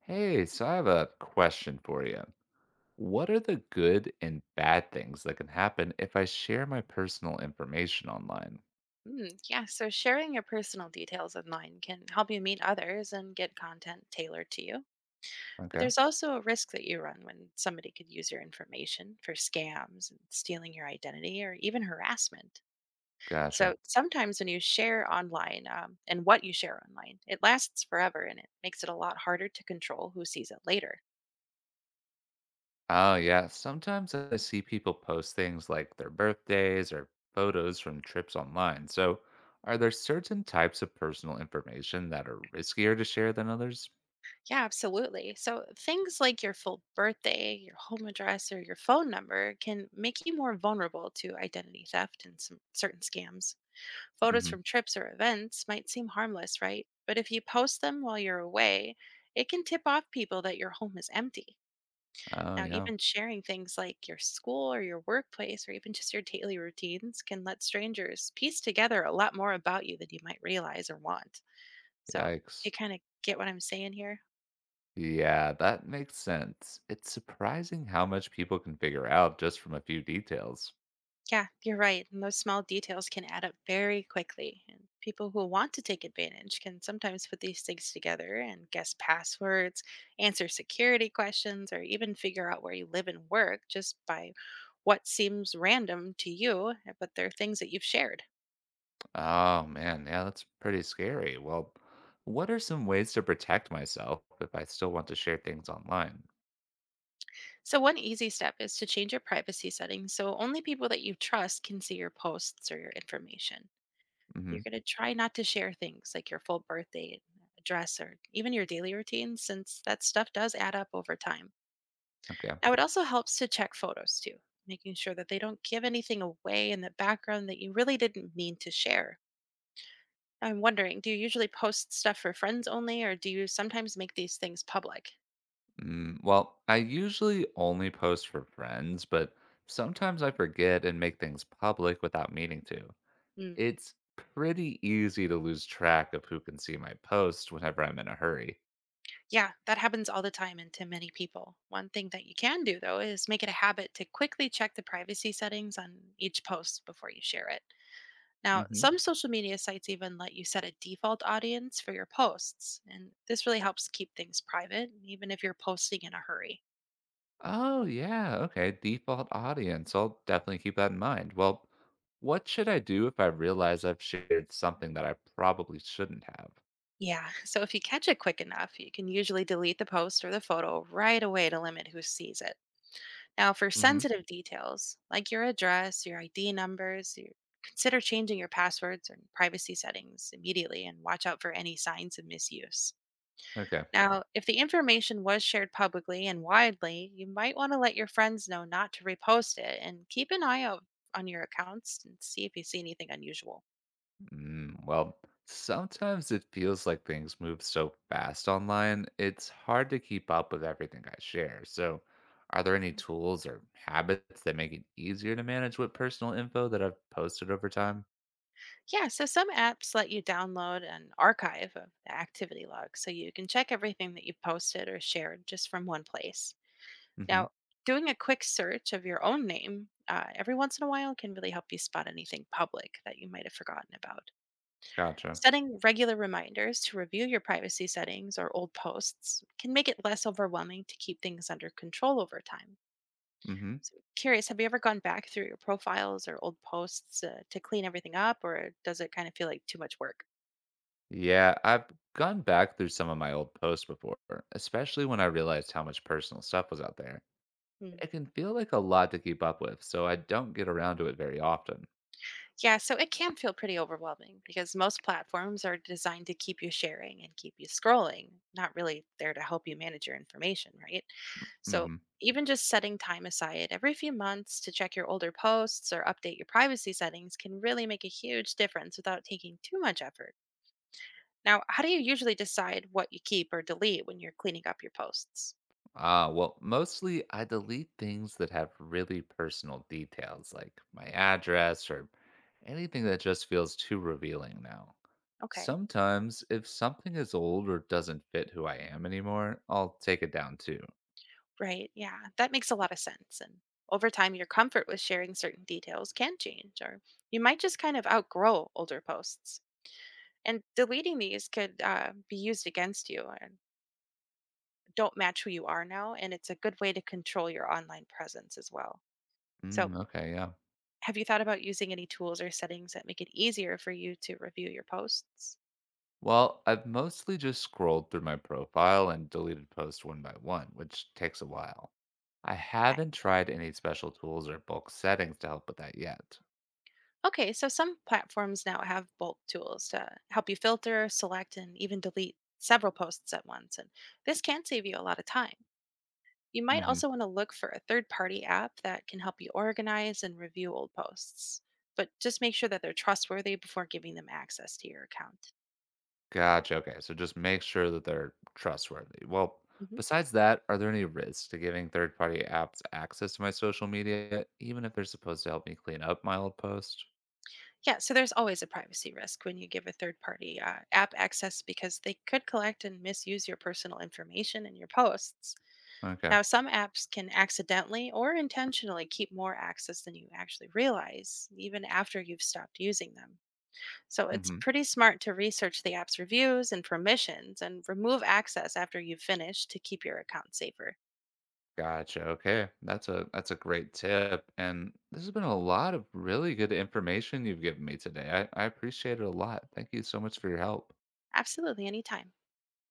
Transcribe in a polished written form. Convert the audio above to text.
Hey, so I have a question for you. What are the good and bad things that can happen if I share my personal information online? Mm, yeah, so sharing your personal details online can help you meet others and get content tailored to you. But Okay, there's also a risk that you run when somebody could use your information for scams and stealing your identity or even harassment. gotcha. So sometimes when you share online, and what you share online, it lasts forever and it makes it a lot harder to control who sees it later. Oh, yeah. Sometimes I see people post things like their birthdays or photos from trips online. So, are there certain types of personal information that are riskier to share than others? Yeah, absolutely. So things like your full birthday, your home address, or your phone number can make you more vulnerable to identity theft and some certain scams. Photos Hmm. from trips or events might seem harmless, right? But if you post them while you're away, it can tip off people that your home is empty. Oh, Now, yeah. even sharing things like your school or your workplace or even just your daily routines can let strangers piece together a lot more about you than you might realize or want. So, Yikes. you kind of get what I'm saying here? Yeah, that makes sense. It's surprising how much people can figure out just from a few details. Yeah, you're right. And those small details can add up very quickly. And people who want to take advantage can sometimes put these things together and guess passwords, answer security questions, or even figure out where you live and work just by what seems random to you, but they're things that you've shared. Oh man, yeah, that's pretty scary. Well, what are some ways to protect myself if I still want to share things online? So, one easy step is to change your privacy settings so only people that you trust can see your posts or your information. Hmm. You're going to try not to share things like your full birthday address or even your daily routine, since that stuff does add up over time. Okay. Now, it also helps to check photos too, making sure that they don't give anything away in the background that you really didn't mean to share. I'm wondering, do you usually post stuff for friends only, or do you sometimes make these things public? Mm, well, I usually only post for friends, but sometimes I forget and make things public without meaning to. Mm. It's pretty easy to lose track of who can see my post whenever I'm in a hurry. Yeah, that happens all the time and to many people. One thing that you can do, though, is make it a habit to quickly check the privacy settings on each post before you share it. Now, Mm-hmm. some social media sites even let you set a default audience for your posts, and this really helps keep things private, even if you're posting in a hurry. Oh, yeah. Okay. Default audience. I'll definitely keep that in mind. Well, what should I do if I realize I've shared something that I probably shouldn't have? Yeah, so if you catch it quick enough, you can usually delete the post or the photo right away to limit who sees it. Now, for Hmm. sensitive details like your address, your ID numbers, you consider changing your passwords and privacy settings immediately and watch out for any signs of misuse. Okay. Now, if the information was shared publicly and widely, you might want to let your friends know not to repost it and keep an eye out on your accounts and see if you see anything unusual. Mm, well, sometimes it feels like things move so fast online, it's hard to keep up with everything I share. So, are there any tools or habits that make it easier to manage what personal info that I've posted over time? Yeah, so some apps let you download an archive of the activity log so you can check everything that you've posted or shared just from one place. Hmm. Now, doing a quick search of your own name every once in a while can really help you spot anything public that you might have forgotten about. Gotcha. Setting regular reminders to review your privacy settings or old posts can make it less overwhelming to keep things under control over time. Mm-hmm. So, curious, have you ever gone back through your profiles or old posts to clean everything up, or does it kind of feel like too much work? Yeah, I've gone back through some of my old posts before, especially when I realized how much personal stuff was out there. Hmm. It can feel like a lot to keep up with, so I don't get around to it very often. Yeah, so it can feel pretty overwhelming because most platforms are designed to keep you sharing and keep you scrolling, not really there to help you manage your information, right? So, Hmm. even just setting time aside every few months to check your older posts or update your privacy settings can really make a huge difference without taking too much effort. Now, how do you usually decide what you keep or delete when you're cleaning up your posts? Ah, well, mostly I delete things that have really personal details, like my address or anything that just feels too revealing now. Okay, Sometimes, if something is old or doesn't fit who I am anymore, I'll take it down too. right. Yeah, that makes a lot of sense. And over time, your comfort with sharing certain details can change, or you might just kind of outgrow older posts. And deleting these could be used against you and don't match who you are now. And it's a good way to control your online presence as well. So, Mm, okay, yeah. have you thought about using any tools or settings that make it easier for you to review your posts? Well, I've mostly just scrolled through my profile and deleted posts one by one, which takes a while. I Okay. haven't tried any special tools or bulk settings to help with that yet. Okay, so some platforms now have bulk tools to help you filter, select, and even delete several posts at once. And this can save you a lot of time. You might Hmm. also want to look for a third party app that can help you organize and review old posts, but just make sure that they're trustworthy before giving them access to your account. Gotcha. Okay. So just make sure that they're trustworthy. Well, Mhm. besides that, are there any risks to giving third party apps access to my social media, even if they're supposed to help me clean up my old post? Yeah, so there's always a privacy risk when you give a third party app access because they could collect and misuse your personal information in your posts. Okay. Now, some apps can accidentally or intentionally keep more access than you actually realize, even after you've stopped using them. So it's pretty smart to research the app's reviews and permissions and remove access after you've finished to keep your account safer. Gotcha. Okay. That's a great tip. And this has been a lot of really good information you've given me today. I appreciate it a lot. Thank you so much for your help. Absolutely, anytime.